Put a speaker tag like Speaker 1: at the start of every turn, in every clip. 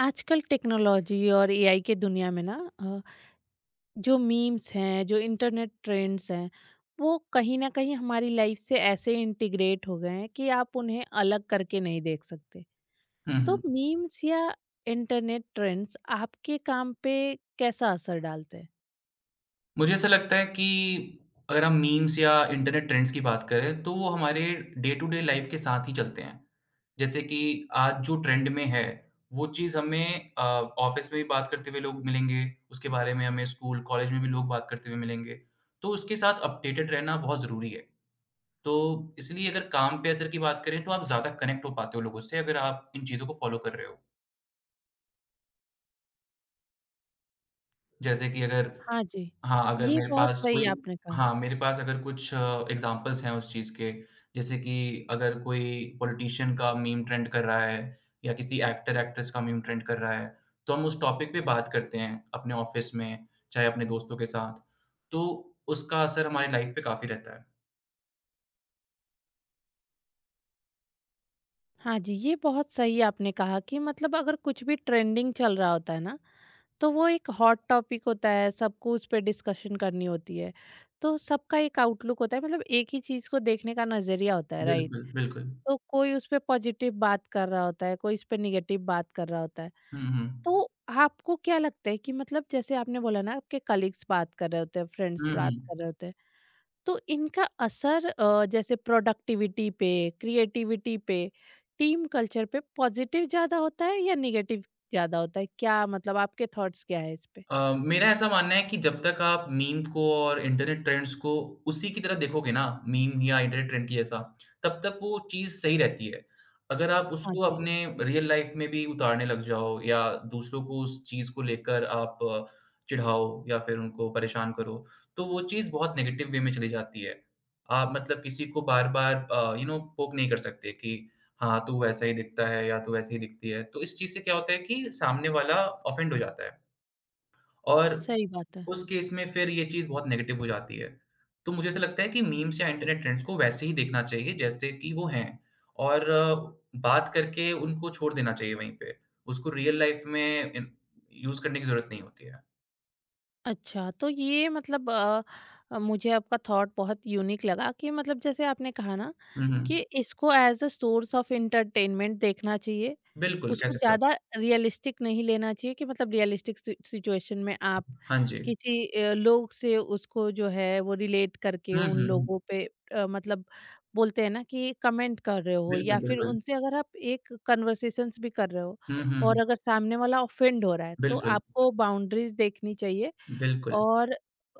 Speaker 1: आजकल टेक्नोलॉजी और एआई के दुनिया में ना अ, जो मीम्स हैं जो इंटरनेट ट्रेंड्स हैं वो कहीं ना कहीं हमारी लाइफ से ऐसे इंटीग्रेट हो गए हैं कि आप उन्हें अलग करके नहीं देख सकते।
Speaker 2: हुँ,
Speaker 1: तो
Speaker 2: हुँ।
Speaker 1: मीम्स या इंटरनेट ट्रेंड्स आपके काम पे कैसा असर डालते हैं?
Speaker 2: मुझे ऐसा लगता है कि अगर हम मीम्स या इंटरनेट ट्रेंड्स की बात करें, तो वो हमारे डे टू डे लाइफ़ के साथ ही चलते हैं। जैसे कि आज जो ट्रेंड में है, वो चीज़ हमें ऑफ़िस में भी बात करते हुए लोग मिलेंगे, उसके बारे में हमें स्कूल, कॉलेज में भी लोग बात करते हुए मिलेंगे। तो उसके साथ अपडेटेड रहना बहुत ज़रूरी है। तो इसलिए अगर काम पे असर की बात करें, तो आप ज़्यादा कनेक्ट हो पाते हो लोगों से, अगर आप इन चीज़ों को फ़ॉलो कर रहे हो। जैसे कि अगर
Speaker 1: हाँ जी,
Speaker 2: हाँ, अगर
Speaker 1: ये
Speaker 2: मेरे
Speaker 1: बहुत
Speaker 2: पास
Speaker 1: सही
Speaker 2: कोई
Speaker 1: आपने कहा।
Speaker 2: हाँ, मेरे पास अगर कुछ एग्ज़ाम्पल्स हैं उस चीज़ के, जैसे कि अगर कोई पॉलिटिशियन का मीम ट्रेंड कर रहा है या किसी एक्टर-एक्ट्रेस का मीम ट्रेंड कर रहा है, तो हम उस टॉपिक पे बात करते हैं अपने ऑफ़िस में, चाहे अपने दोस्तों के साथ, तो उसका असर हमारी लाइफ़ पे काफ़ी रहता है।
Speaker 1: कि मतलब अगर कुछ भी ट्रेंडिंग चल रहा होता है ना, तो वो एक हॉट टॉपिक होता है, सबको उस पे डिस्कशन करनी होती है। तो सबका एक आउटलुक होता है, मतलब एक ही चीज़ को देखने का नज़रिया होता है, राइट?
Speaker 2: बिल्कुल, बिल्कुल।
Speaker 1: तो कोई उस पे पॉजिटिव बात कर रहा होता है, कोई इस पे नेगेटिव बात कर रहा होता है।
Speaker 2: हुँ, हुँ।
Speaker 1: तो आपको क्या लगता है कि मतलब जैसे आपने बोला ना, आपके कलीग्स बात कर रहे होते हैं, फ्रेंड्स
Speaker 2: हुँ, हुँ।
Speaker 1: बात कर रहे होते हैं। तो इनका असर जैसे प्रोडक्टिविटी पे, क्रिएटिविटी पे, टीम कल्चर पे पॉजिटिव ज़्यादा होता है या नेगेटिव ज़्यादा होता है? क्या मतलब आपके थॉट्स क्या है इस पे?
Speaker 2: मेरा ऐसा मानना है कि जब तक आप मीम को और इंटरनेट ट्रेंड्स को उसी की तरह देखोगे ना, मीम या इंटरनेट ट्रेंड की जैसा, तब तक वो चीज़ सही रहती है। अगर आप
Speaker 1: हाँ
Speaker 2: उसको
Speaker 1: जी।
Speaker 2: अपने रियल लाइफ़ में भी उतारने लग जाओ या दूसरों को उस चीज़ को लेकर आप चिढ़ाओ या फिर उनको परेशान करो, तो वो चीज़ बहुत नेगेटिव वे में चली जाती है। आप मतलब किसी को बार-बार पोक नहीं कर सकते कि हाँ, तू वैसा ही दिखता है या तू वैसी ही दिखती है। तो इस चीज़ से क्या होता है कि सामने वाला ऑफेंड हो जाता है। और
Speaker 1: सही बात है।
Speaker 2: उस केस में फिर ये चीज़ बहुत नेगेटिव हो जाती है। तो मुझे ऐसा लगता है कि मीम्स या इंटरनेट ट्रेंड्स को वैसे ही देखना चाहिए जैसे कि वो हैं और बात करके उनको छोड़ देना चाहिए वहीं पे। उसको रियल लाइफ़ में इन यूज़ करने की ज़रूरत नहीं होती है।
Speaker 1: अच्छा, तो ये मतलब मुझे आपका थॉट बहुत यूनिक लगा कि मतलब जैसे आपने कहा ना
Speaker 2: हुँ,
Speaker 1: कि
Speaker 2: हुँ।
Speaker 1: इसको as a source of entertainment देखना चाहिए।
Speaker 2: बिल्कुल, कह
Speaker 1: उसको
Speaker 2: सकते हो
Speaker 1: ज़्यादा रियलिस्टिक नहीं लेना चाहिए कि मतलब रियलिस्टिक सि सिचुएशन में आप
Speaker 2: आप। हाँ जी।
Speaker 1: किसी लोग से उसको जो है वो रिलेट करके
Speaker 2: हुँ,
Speaker 1: उन
Speaker 2: हुँ, हुँ।
Speaker 1: लोगों पे मतलब बोलते हैं ना कि कमेंट कर रहे हो
Speaker 2: बिल्कुल,
Speaker 1: या फिर
Speaker 2: बिल्कुल।
Speaker 1: उनसे अगर आप एक कन्वर्सेशंस भी कर रहे हो।
Speaker 2: हुँ, हुँ, हुँ।
Speaker 1: और अगर सामने वाला ऑफेंड हो रहा है, तो
Speaker 2: बिल्कुल,
Speaker 1: आपको बाउंड्रीज़ देखनी चाहिए।
Speaker 2: बिल्कुल।
Speaker 1: और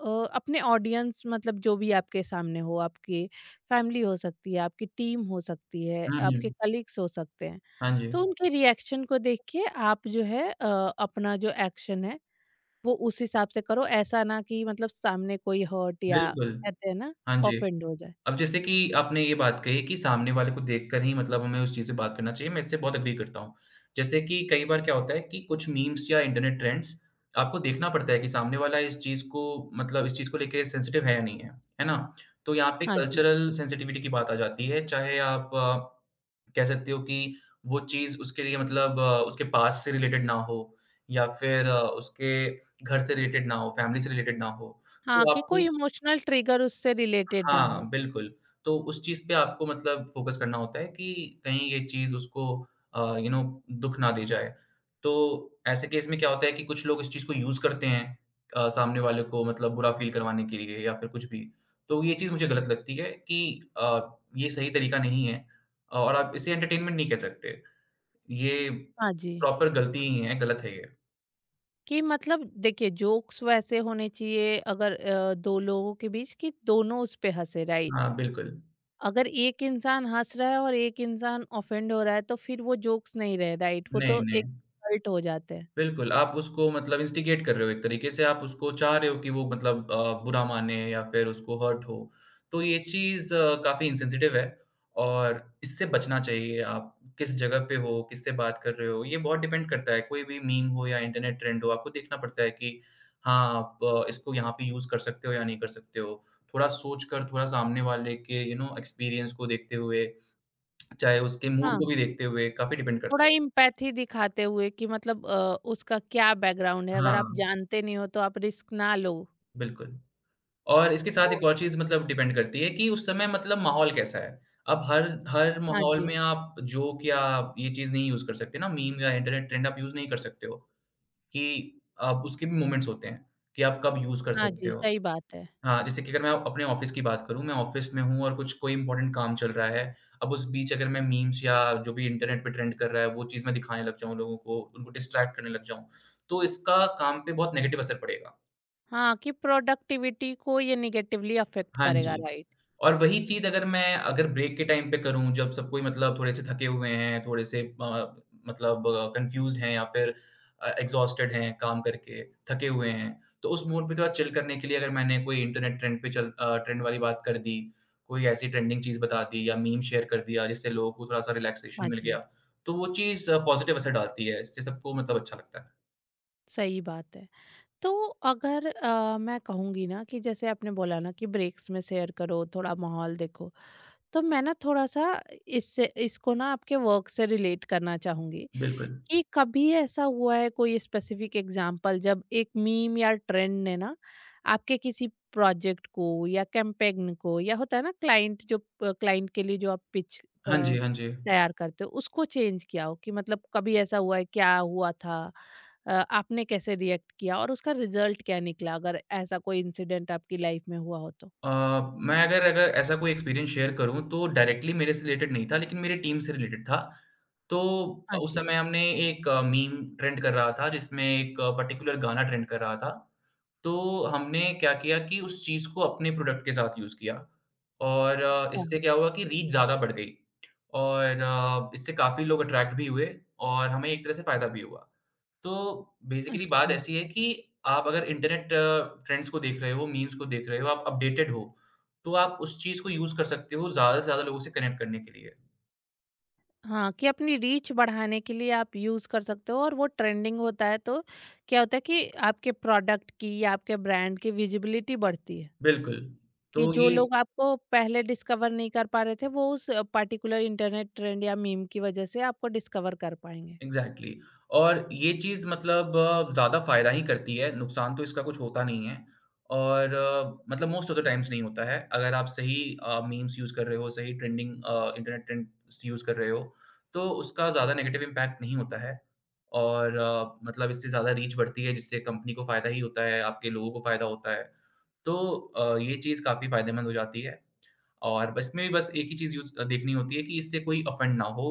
Speaker 1: अपने ऑडियंस, मतलब जो भी आपके सामने हो, आपकी फैमिली हो सकती है, आपकी टीम हो सकती है,
Speaker 2: हुँ,
Speaker 1: आपके
Speaker 2: हुँ।
Speaker 1: कलीग्स हो सकते हैं,
Speaker 2: हाँ जी।
Speaker 1: तो उनके रिएक्शन को देख के आप जो है अपना जो एक्शन है वो उस हिसाब से करो, ऐसा ना कि मतलब सामने कोई हर्ट, या
Speaker 2: बिल्कुल।
Speaker 1: कहते हैं ना,
Speaker 2: हाँ जी।
Speaker 1: ऑफेंड हो जाए।
Speaker 2: अब जैसे कि आपने ये बात कही कि सामने वाले को देखकर ही मतलब हमें उस चीज़ से बात करना चाहिए, मैं इससे बहुत एग्री करता हूँ। जैसे कि कई बार क्या होता है कि कुछ मीम्स या इंटरनेट ट्रेंड्स आपको देखना पड़ता है कि सामने वाला इस चीज़ को मतलब इस चीज़ को लेके सेंसिटिव है या नहीं है, है ना? तो यहाँ पे
Speaker 1: हाँ जी।
Speaker 2: कल्चरल सेंसिटिविटी की बात आ जाती है, चाहे आप कह सकते हो कि वो चीज़ उसके लिए मतलब उसके पास्ट से रिलेटेड ना हो या फिर उसके घर से रिलेटेड ना हो, फैमिली से रिलेटेड ना हो।
Speaker 1: हाँ,
Speaker 2: तो
Speaker 1: कि
Speaker 2: आपको
Speaker 1: कोई इमोशनल ट्रिगर उससे रिलेटेड ना
Speaker 2: हाँ,
Speaker 1: हो।
Speaker 2: बिल्कुल। तो उस चीज़ पे आपको मतलब फ़ोकस करना होता है कि कहीं ये चीज़ उसको अ, यू नो दुःख ना दे जाए। तो ऐसे केस में क्या होता है कि कुछ लोग इस चीज़ को यूज़ करते हैं सामने वाले को मतलब बुरा फ़ील करवाने के लिए या फिर कुछ भी। तो ये चीज़ मुझे गलत लगती है कि ये सही तरीका नहीं है और आप इसे एंटरटेनमेंट नहीं कह सकते। ये
Speaker 1: हाँ जी,
Speaker 2: प्रॉपर गलती ही है, गलत है ये।
Speaker 1: कि मतलब देखिए जोक्स वैसे होने चाहिए अगर 2 लोगों के बीच कि दोनों उस पे हँसे, राइट?
Speaker 2: हाँ, बिल्कुल।
Speaker 1: अगर एक इंसान हंस रहा है और एक इंसान ऑफेंड हो रहा है, तो फिर वो जोक्स नहीं रहे, राइट? वो
Speaker 2: नहीं,
Speaker 1: तो
Speaker 2: नहीं।
Speaker 1: एक हर्ट हो जाते हैं।
Speaker 2: बिल्कुल, आप उसको मतलब इंस्टिगेट कर रहे हो एक तरीके से आप उसको चाह रहे हो कि वो मतलब बुरा माने या फिर उसको हर्ट हो। तो ये चीज़ काफ़ी इनसेंसिटिव है और इससे बचना चाहिए। आप किस जगह पे हो, किससे बात कर रहे हो, ये बहुत डिपेंड करता है। कोई भी मीम हो या इंटरनेट ट्रेंड हो, आपको देखना पड़ता है कि हाँ, आप इसको यहाँ पे यूज़ कर सकते हो या नहीं कर सकते हो। थोड़ा सोच कर, थोड़ा सामने वाले के एक्सपीरियंस को देखते हुए, चाहे उसके मूड को
Speaker 1: हाँ,
Speaker 2: भी देखते हुए, काफ़ी डिपेंड
Speaker 1: थोड़ा
Speaker 2: करता है।
Speaker 1: इम्पैथी दिखाते हुए कि मतलब उसका क्या बैकग्राउंड है,
Speaker 2: हाँ,
Speaker 1: अगर आप जानते नहीं हो तो आप रिस्क ना लो।
Speaker 2: बिल्कुल। और इसके साथ
Speaker 1: तो
Speaker 2: एक और चीज़ मतलब डिपेंड करती है कि उस समय मतलब माहौल कैसा है। अब हर हर
Speaker 1: हाँ
Speaker 2: माहौल
Speaker 1: जी।
Speaker 2: में आप जोक या ये चीज़ नहीं यूज़ कर सकते ना, मीम या इंटरनेट ट्रेंड आप यूज़ नहीं कर सकते हो कि आप उसके भी मोमेंट्स होते हैं कि आप कब यूज़ कर
Speaker 1: हाँ
Speaker 2: सकते
Speaker 1: जी,
Speaker 2: हो।
Speaker 1: सही बात है।
Speaker 2: हाँ, जैसे कि अगर मैं अपने ऑफ़िस की बात करूँ, मैं ऑफ़िस में हूँ और कुछ कोई इम्पोर्टेंट काम चल रहा है। अब उस बीच अगर मैं मीम्स या जो भी इंटरनेट पे ट्रेंड कर रहा है, वो चीज़ मैं दिखाने लग जाऊँ लोगों को, उनको डिस्ट्रैक्ट करने लग जाऊँ, तो इसका काम पे बहुत नेगेटिव असर पड़ेगा।
Speaker 1: हाँ, कि प्रोडक्टिविटी को ये निगेटिवली अफेक्ट
Speaker 2: हाँ
Speaker 1: करेगा,
Speaker 2: जी।
Speaker 1: राइट?
Speaker 2: और वही चीज़ अगर मैं अगर ब्रेक के टाइम पे करूँ जब सब कोई मतलब थोड़े-से थके हुए हैं, थोड़े-से मतलब कन्फ्यूज़्ड हैं या फिर एग्ज़ॉस्टेड हैं काम करके, थके हुए हैं, तो उस मूड पे थोड़ा चिल करने के लिए अगर मैंने कोई इंटरनेट ट्रेंड पे चल अ, ट्रेंड वाली बात कर दी, कोई ऐसी ट्रेंडिंग चीज़ बता दी या मीम शेयर कर दिया जिससे लोगों को थोड़ा-सा रिलैक्सेशन
Speaker 1: हाँ
Speaker 2: मिल गया,
Speaker 1: जी,
Speaker 2: तो वो चीज़ पॉज़िटिव असर डालती है, इससे सबको मतलब अच्छा लगता है।
Speaker 1: सही बात है। तो अगर मैं कहूँगी ना, कि जैसे आपने बोला ना कि ब्रेक्स में शेयर करो, थोड़ा माहौल देखो, तो मैं ना थोड़ा-सा इससे इसको ना आपके वर्क से रिलेट करना चाहूँगी
Speaker 2: बिल्कुल।
Speaker 1: कि कभी ऐसा हुआ है कोई स्पेसिफिक एग्जांपल, जब एक मीम या ट्रेंड ने ना आपके किसी प्रोजेक्ट को, या कैंपेन को, या होता है ना क्लाइंट, जो क्लाइंट के लिए जो आप पिच
Speaker 2: हाँ जी,
Speaker 1: अ,
Speaker 2: हाँ जी।
Speaker 1: तैयार करते हो उसको चेंज किया हो, कि मतलब कभी ऐसा हुआ है, क्या हुआ था? आपने कैसे रिएक्ट किया और उसका रिजल्ट क्या निकला? अगर ऐसा कोई इंसिडेंट आपकी लाइफ में हुआ हो तो?
Speaker 2: अ, मैं अगर अगर ऐसा कोई एक्सपीरियंस शेयर करूँ तो डायरेक्टली मेरे से रिलेटेड नहीं था लेकिन मेरी टीम से रिलेटेड था। तो
Speaker 1: हाँ
Speaker 2: उस
Speaker 1: जी।
Speaker 2: समय हमने एक मीम ट्रेंड कर रहा था जिसमें एक पर्टिकुलर गाना ट्रेंड कर रहा था। तो हमने क्या किया कि उस चीज़ को अपने प्रोडक्ट के साथ यूज़ किया और इससे
Speaker 1: अच्छा।
Speaker 2: क्या हुआ कि रीच ज़्यादा बढ़ गई और इससे काफ़ी लोग अट्रैक्ट भी हुए और हमें एक तरह से फ़ायदा भी हुआ। तो बेसिकली बात
Speaker 1: अच्छा।
Speaker 2: ऐसी है कि आप अगर इंटरनेट ट्रेंड्स को देख रहे हो, मीम्स को देख रहे हो, आप अपडेटेड हो, तो आप उस चीज़ को यूज़ कर सकते हो ज़्यादा से ज़्यादा लोगों से कनेक्ट करने के लिए।
Speaker 1: हाँ, कि अपनी रीच बढ़ाने के लिए आप यूज़ कर सकते हो, और वो ट्रेंडिंग होता है तो क्या होता है कि आपके प्रोडक्ट की या आपके ब्रांड की विजिबिलिटी बढ़ती है,
Speaker 2: बिल्कुल,
Speaker 1: कि
Speaker 2: तो
Speaker 1: जो
Speaker 2: ये
Speaker 1: लोग आपको पहले डिस्कवर नहीं कर पा रहे थे, वो उस पर्टिकुलर इंटरनेट ट्रेंड या मीम की वजह से आपको डिस्कवर कर पाएँगे।
Speaker 2: एग्ज़ैक्टली और ये चीज़ मतलब ज़्यादा फ़ायदा ही करती है, नुकसान तो इसका कुछ होता नहीं है और मतलब मोस्ट ऑफ द टाइम्स नहीं होता है। अगर आप सही मीम्स यूज़ कर रहे हो, सही ट्रेंडिंग इंटरनेट ट्रेंड्स यूज़ कर रहे हो, तो उसका ज़्यादा नेगेटिव इम्पैक्ट नहीं होता है और मतलब इससे ज़्यादा रीच बढ़ती है, जिससे कंपनी को फ़ायदा ही होता है, आपके लोगों को फ़ायदा होता है। तो ये चीज़ काफ़ी फ़ायदेमंद हो जाती है और बस इसमें बस एक ही चीज़ यूज़ देखनी होती है कि इससे कोई ऑफेंड ना हो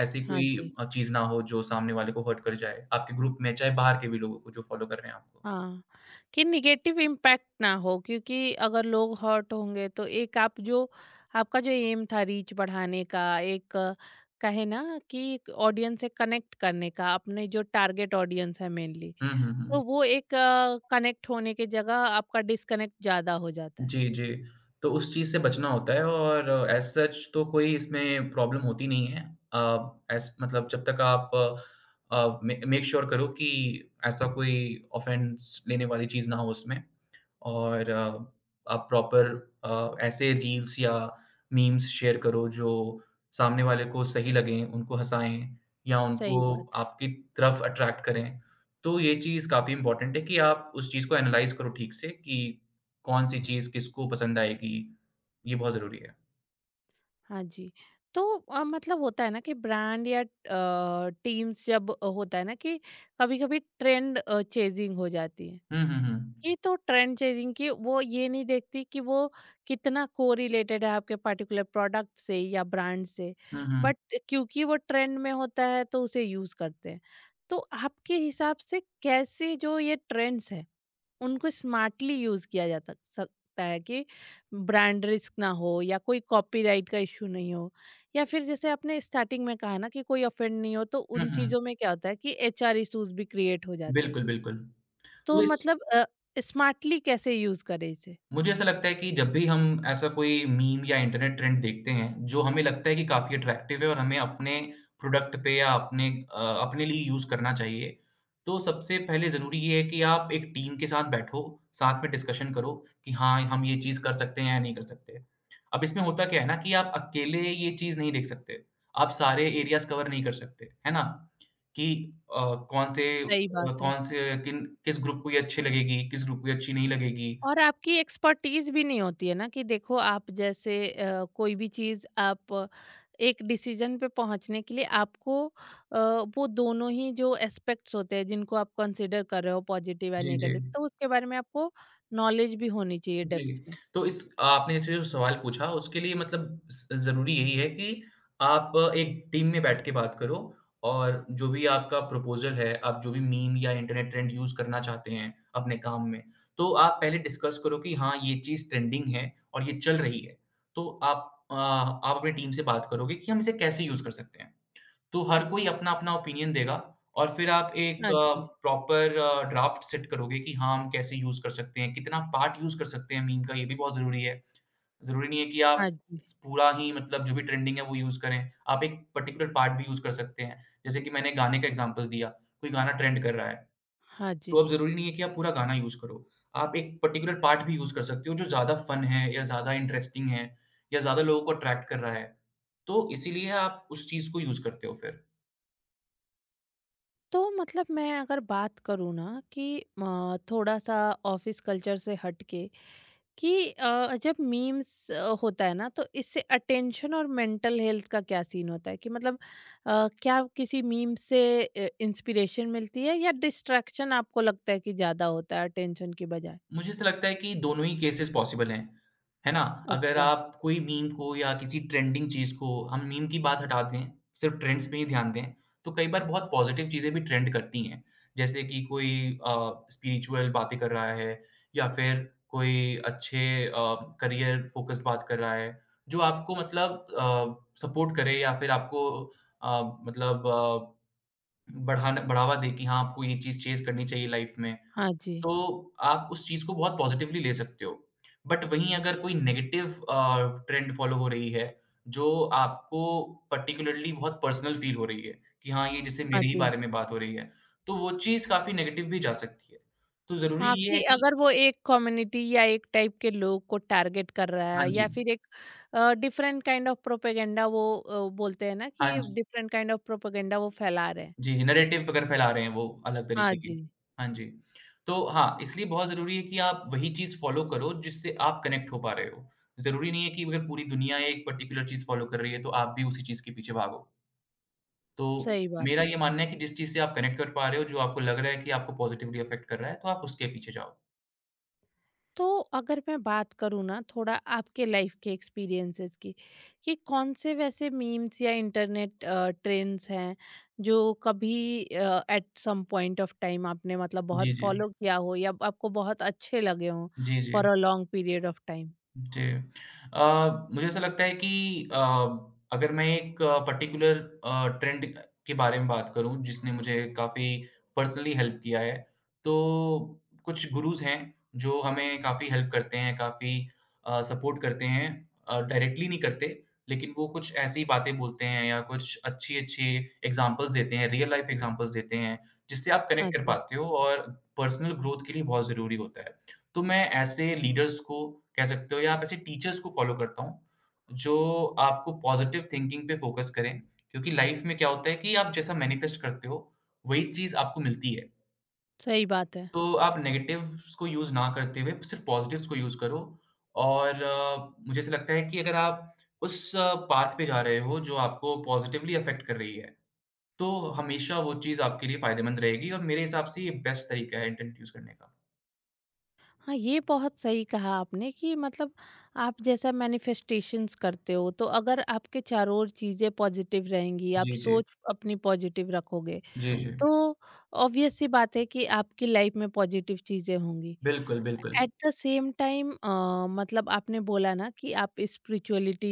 Speaker 2: ऐसी
Speaker 1: हाँ
Speaker 2: कोई
Speaker 1: जी।
Speaker 2: चीज़ ना हो जो सामने वाले को हर्ट कर जाए, आपके ग्रुप में चाहे बाहर के भी लोगों को जो फ़ॉलो कर रहे हैं आपको।
Speaker 1: हाँ, कि निगेटिव इम्पैक्ट ना हो, क्योंकि अगर लोग हर्ट होंगे तो एक आप जो, आपका जो एम था रीच बढ़ाने का, एक कहे ना कि ऑडियंस से कनेक्ट करने का अपने जो टारगेट ऑडियंस है मेनली,
Speaker 2: हुँ, हुँ,
Speaker 1: तो
Speaker 2: हुँ।
Speaker 1: वो एक कनेक्ट होने की जगह आपका डिसकनेक्ट ज्यादा हो जाता है।
Speaker 2: जी, जी। तो उस चीज़ से बचना होता है और एज़ सच तो कोई इसमें प्रॉब्लम होती नहीं है। अ, एज़ मतलब जब तक आप अ, मे मेक श्योर करो कि ऐसा कोई ऑफ़ेंस लेने वाली चीज़ ना हो उसमें। और आप प्रॉपर ऐसे रील्स या मीम्स शेयर करो जो सामने वाले को सही लगें, उनको हँसाएँ या
Speaker 1: सही
Speaker 2: उनको
Speaker 1: बात है।
Speaker 2: आपकी तरफ अट्रैक्ट करें। तो ये चीज़ काफ़ी इम्पोर्टेंट है कि आप उस चीज़ को एनालाइज़ करो ठीक से कि कौन-सी चीज़ किसको पसंद आएगी, ये बहुत ज़रूरी है।
Speaker 1: हाँ जी। तो मतलब होता है ना कि ब्रांड या टीम्स जब, होता है ना कि कभी कभी ट्रेंड चेजिंग हो जाती है,
Speaker 2: हुँ, हुँ, हुँ।
Speaker 1: कि तो ट्रेंड चेजिंग की वो ये नहीं देखती कि वो कितना कोरिलेटेड है आपके पर्टिकुलर प्रोडक्ट से या ब्रांड से,
Speaker 2: हुँ, हुँ।
Speaker 1: बट क्योंकि वो ट्रेंड में होता है तो उसे यूज करते हैं। तो आपके हिसाब से कैसे जो ये ट्रेंड्स है उनको स्मार्टली यूज किया सकता है, कि ब्रांड रिस्क ना हो, या कोई कॉपीराइट का इशू नहीं हो, या फिर जैसे आपने स्टार्टिंग में कहा ना कि कोई ऑफेंड नहीं हो। तो
Speaker 2: हुँ,
Speaker 1: उन
Speaker 2: हुँ।
Speaker 1: चीजों में क्या होता है कि एचआर इश्यूज भी क्रिएट हो जाते हैं।
Speaker 2: बिल्कुल, बिल्कुल।
Speaker 1: तो
Speaker 2: तो इस
Speaker 1: मतलब स्मार्टली कैसे यूज़ करें इसे?
Speaker 2: मुझे ऐसा लगता है कि जब भी हम ऐसा कोई मीम या इंटरनेट ट्रेंड देखते हैं, जो हमें लगता है कि काफ़ी अट्रैक्टिव है और हमें अपने प्रोडक्ट पे या अपने अपने लिए यूज़ करना चाहिए, तो सबसे पहले ज़रूरी ये है कि आप एक टीम के साथ बैठो, साथ में डिस्कशन करो कि हाँ, हम ये चीज़ कर सकते हैं या नहीं कर सकते। अब इसमें होता क्या है ना कि आप अकेले ये चीज़ नहीं देख सकते, आप सारे एरियाज़ कवर नहीं कर सकते, है ना? कि
Speaker 1: सही
Speaker 2: अ,
Speaker 1: बात है।
Speaker 2: कौन से किन किस ग्रुप को ये अच्छी लगेगी, किस ग्रुप को ये अच्छी नहीं लगेगी।
Speaker 1: और आपकी एक्सपर्टीज़ भी नहीं होती है ना, कि देखो आप जैसे कोई भी चीज़ आप एक डिसीज़न पे पहुँचने के लिए आपको वो दोनों ही जो एस्पेक्ट्स होते हैं जिनको आप कंसीडर कर रहे हो, पॉजिटिव या
Speaker 2: जी, जी।
Speaker 1: नेगेटिव, तो उसके बारे में आपको नॉलेज भी होनी चाहिए
Speaker 2: जी,
Speaker 1: डेप्थ में।
Speaker 2: तो इस आपने जैसे जो सवाल पूछा उसके लिए मतलब ज़ ज़रूरी यही है कि आप एक टीम में बैठ के बात करो और जो भी आपका प्रपोज़ल है, आप जो भी मीम या इंटरनेट ट्रेंड यूज़ करना चाहते हैं अपने काम में, तो आप पहले डिस्कस करो कि हाँ, ये चीज़ ट्रेंडिंग है और ये चल रही है। तो आप अपनी टीम से बात करोगे कि हम इसे कैसे यूज़ कर सकते हैं। तो हर कोई अपना-अपना ओपिनियन देगा और फिर आप एक
Speaker 1: हाँ जी।
Speaker 2: प्रॉपर ड्राफ्ट सेट करोगे कि हाँ, हम कैसे यूज़ कर सकते हैं, कितना पार्ट यूज़ कर सकते हैं मीम का, ये भी बहुत ज़रूरी है। ज़रूरी नहीं है कि आप
Speaker 1: हाँ जी।
Speaker 2: स पूरा ही मतलब जो भी ट्रेंडिंग है, वो यूज़ करें। आप एक पर्टिकुलर पार्ट भी यूज़ कर सकते हैं। जैसे कि मैंने गाने का एग्ज़ाम्पल दिया, कोई गाना ट्रेंड कर रहा है,
Speaker 1: हाँ
Speaker 2: तो
Speaker 1: जी।
Speaker 2: अब ज़रूरी नहीं है कि आप पूरा गाना यूज़ करो। आप एक पर्टिकुलर पार्ट भी यूज़ कर सकते हो, जो ज़्यादा फन है या ज़्यादा इंटरेस्टिंग है या ज़्यादा लोगों को अट्रैक्ट कर रहा है। तो इसीलिए आप उस चीज़ को यूज़ करते हो फिर।
Speaker 1: तो मतलब मैं अगर बात करूँ ना कि थोड़ा-सा ऑफ़िस कल्चर से हट के, कि जब मीम्स होता है ना, तो इससे अटेंशन और मेंटल हेल्थ का क्या सीन होता है, कि मतलब क्या किसी मीम से इंस्पिरेशन मिलती है, या डिस्ट्रैक्शन आपको लगता है कि ज़्यादा होता है अटेंशन के बजाय?
Speaker 2: मुझे ऐसा लगता है कि दोनों ही केसेस पॉसिबल हैं, है ना? अगर
Speaker 1: अच्छा,
Speaker 2: आप कोई मीम को या किसी ट्रेंडिंग चीज़ को हम मीम की बात हटा दें, सिर्फ ट्रेंड्स पे ही ध्यान दें, तो कई बार बहुत पॉजिटिव चीज़ें भी ट्रेंड करती हैं। जैसे कि कोई स्पिरिचुअल बातें कर रहा है या फिर कोई अच्छे अ, करियर फ़ोकस्ड बात कर रहा है, जो आपको मतलब सपोर्ट करे या फिर आपको अ, मतलब अ, बढ़ाना बढ़ावा दे कि हाँ, आपको ये चीज़ चेज़ करनी चाहिए लाइफ़ में।
Speaker 1: हाँ जी,
Speaker 2: तो आप उस चीज़ को बहुत पॉज़िटिवली ले सकते हो। बट वहीं अगर कोई नेगेटिव ट्रेंड फ़ॉलो हो रही है, जो आपको पार्टिकुलरली बहुत पर्सनल फ़ील हो रही है, कि हाँ, ये जैसे
Speaker 1: हाँ
Speaker 2: मेरे ही
Speaker 1: जी।
Speaker 2: बारे में बात हो रही है, तो वो चीज़ काफ़ी नेगेटिव भी जा सकती है। तो ज़रूरी
Speaker 1: हाँ,
Speaker 2: ये है
Speaker 1: कि
Speaker 2: कि
Speaker 1: अगर वो एक कम्युनिटी या एक टाइप के लोग को टारगेट कर रहा
Speaker 2: हाँ
Speaker 1: है,
Speaker 2: जी,
Speaker 1: या फिर एक डिफरेंट काइंड ऑफ प्रोपेगेंडा वो, बोलते हैं ना
Speaker 2: हाँ
Speaker 1: कि
Speaker 2: जी।
Speaker 1: डिफरेंट काइंड ऑफ प्रोपेगेंडा वो फैला रहे हैं।
Speaker 2: जी, नैरेटिव अगर फैला रहे हैं वो अलग
Speaker 1: हाँ
Speaker 2: तरीके की।
Speaker 1: जी,
Speaker 2: हाँ जी। तो हाँ, इसलिए बहुत ज़रूरी है कि आप वही चीज़ फ़ॉलो करो जिससे आप कनेक्ट हो पा रहे हो। ज़रूरी नहीं है कि अगर पूरी दुनिया एक पर्टिकुलर चीज़ फ़ॉलो कर रही है तो आप भी उसी चीज़ के पीछे भागो। तो
Speaker 1: सही बात
Speaker 2: मेरा
Speaker 1: है।
Speaker 2: ये मानना है कि जिस चीज़ से आप कनेक्ट कर पा रहे हो, जो आपको लग रहा है कि आपको पॉज़िटिवली अफ़ेक्ट कर रहा है, तो आप उसके पीछे जाओ।
Speaker 1: तो अगर मैं बात करूँ ना थोड़ा आपके लाइफ के एक्सपीरियंसेस की, कि कौन से वैसे मीम्स या इंटरनेट ट्रेंड्स हैं जो कभी at some point of time आपने मतलब
Speaker 2: जी,
Speaker 1: बहुत
Speaker 2: जी।
Speaker 1: फॉलो किया हो या आपको बहुत अच्छे लगे हों
Speaker 2: जी,
Speaker 1: फॉर
Speaker 2: जी।
Speaker 1: A long period of time.
Speaker 2: जी। मुझे ऐसा लगता है कि अगर मैं एक पर्टिकुलर ट्रेंड के बारे में बात करूँ जिसने मुझे काफ़ी पर्सनली हेल्प किया है, तो कुछ गुरुज़ हैं जो हमें काफ़ी हेल्प करते हैं, काफ़ी सपोर्ट करते हैं। डायरेक्टली नहीं करते, लेकिन वो कुछ ऐसी बातें बोलते हैं या कुछ अच्छी-अच्छी एग्ज़ाम्पल्स देते हैं, रियल लाइफ़ एग्ज़ाम्पल्स देते हैं, जिससे आप
Speaker 1: हाँ
Speaker 2: कनेक्ट कर
Speaker 1: जी।
Speaker 2: पाते हो और पर्सनल ग्रोथ के लिए बहुत ज़रूरी होता है। तो मैं ऐसे लीडर्स को कह सकते हो या आप ऐसे टीचर्स को फ़ॉलो करता हूँ, जो आपको पॉज़िटिव थिंकिंग पे फ़ोकस करें क्योंकि लाइफ़ में क्या होता है कि आप जैसा मैनिफेस्ट करते हो, वही चीज़ आपको मिलती है।
Speaker 1: सही बात है।
Speaker 2: तो आप नेगेटिव्स को यूज़ ना करते हुए सिर्फ़ पॉज़िटिव्स को यूज़ करो और मुझे ऐसा लगता है कि अगर आप उस पाथ पे जा रहे हो जो आपको पॉज़िटिवली अफ़ेक्ट कर रही है, तो हमेशा वो चीज़ आपके लिए फ़ायदेमंद रहेगी और मेरे हिसाब से ये बेस्ट तरीका है इंटरनेट यूज़ करने का।
Speaker 1: हाँ, ये बहुत सही कहा आपने कि मतलब आप जैसा मैनिफेस्टेशंस करते हो, तो अगर आपके चारों ओर चीज़ें पॉजिटिव रहेंगी, आप
Speaker 2: जी, जी।
Speaker 1: सोच अपनी पॉजिटिव रखोगे,
Speaker 2: जी, जी।
Speaker 1: तो ऑब्वियस सी बात है कि आपकी लाइफ में पॉजिटिव चीज़ें होंगी।
Speaker 2: बिल्कुल, बिल्कुल।
Speaker 1: एट द सेम टाइम मतलब आपने बोला ना कि आप स्पिरिचुअलिटी,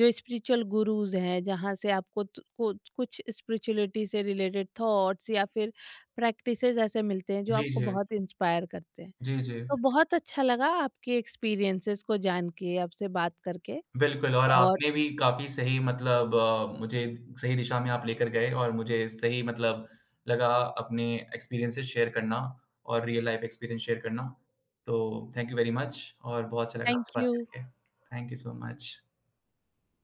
Speaker 1: जो स्पिरिचुअल गुरुज हैं, जहाँ से आपको त को कुछ स्पिरिचुअलिटी से रिलेटेड थॉट्स या फिर प्रैक्टिसेज़ ऐसे मिलते हैं, जो
Speaker 2: जी,
Speaker 1: आपको
Speaker 2: जी।
Speaker 1: बहुत इंस्पायर करते हैं।
Speaker 2: जी, जी।
Speaker 1: तो बहुत अच्छा लगा आपके एक्सपीरियंसेस को जान के, आपसे बात करके
Speaker 2: बिल्कुल और
Speaker 1: और
Speaker 2: आपने भी काफ़ी सही मतलब मुझे सही दिशा में आप लेकर गए और मुझे सही मतलब लगा अपने एक्सपीरियंसेस शेयर करना और रियल लाइफ एक्सपीरियंस शेयर करना। तो थैंक यू वेरी मच और बहुत अच्छा लगा
Speaker 1: थैंक
Speaker 2: आपसे बात
Speaker 1: यू।
Speaker 2: करके। Thank you so much.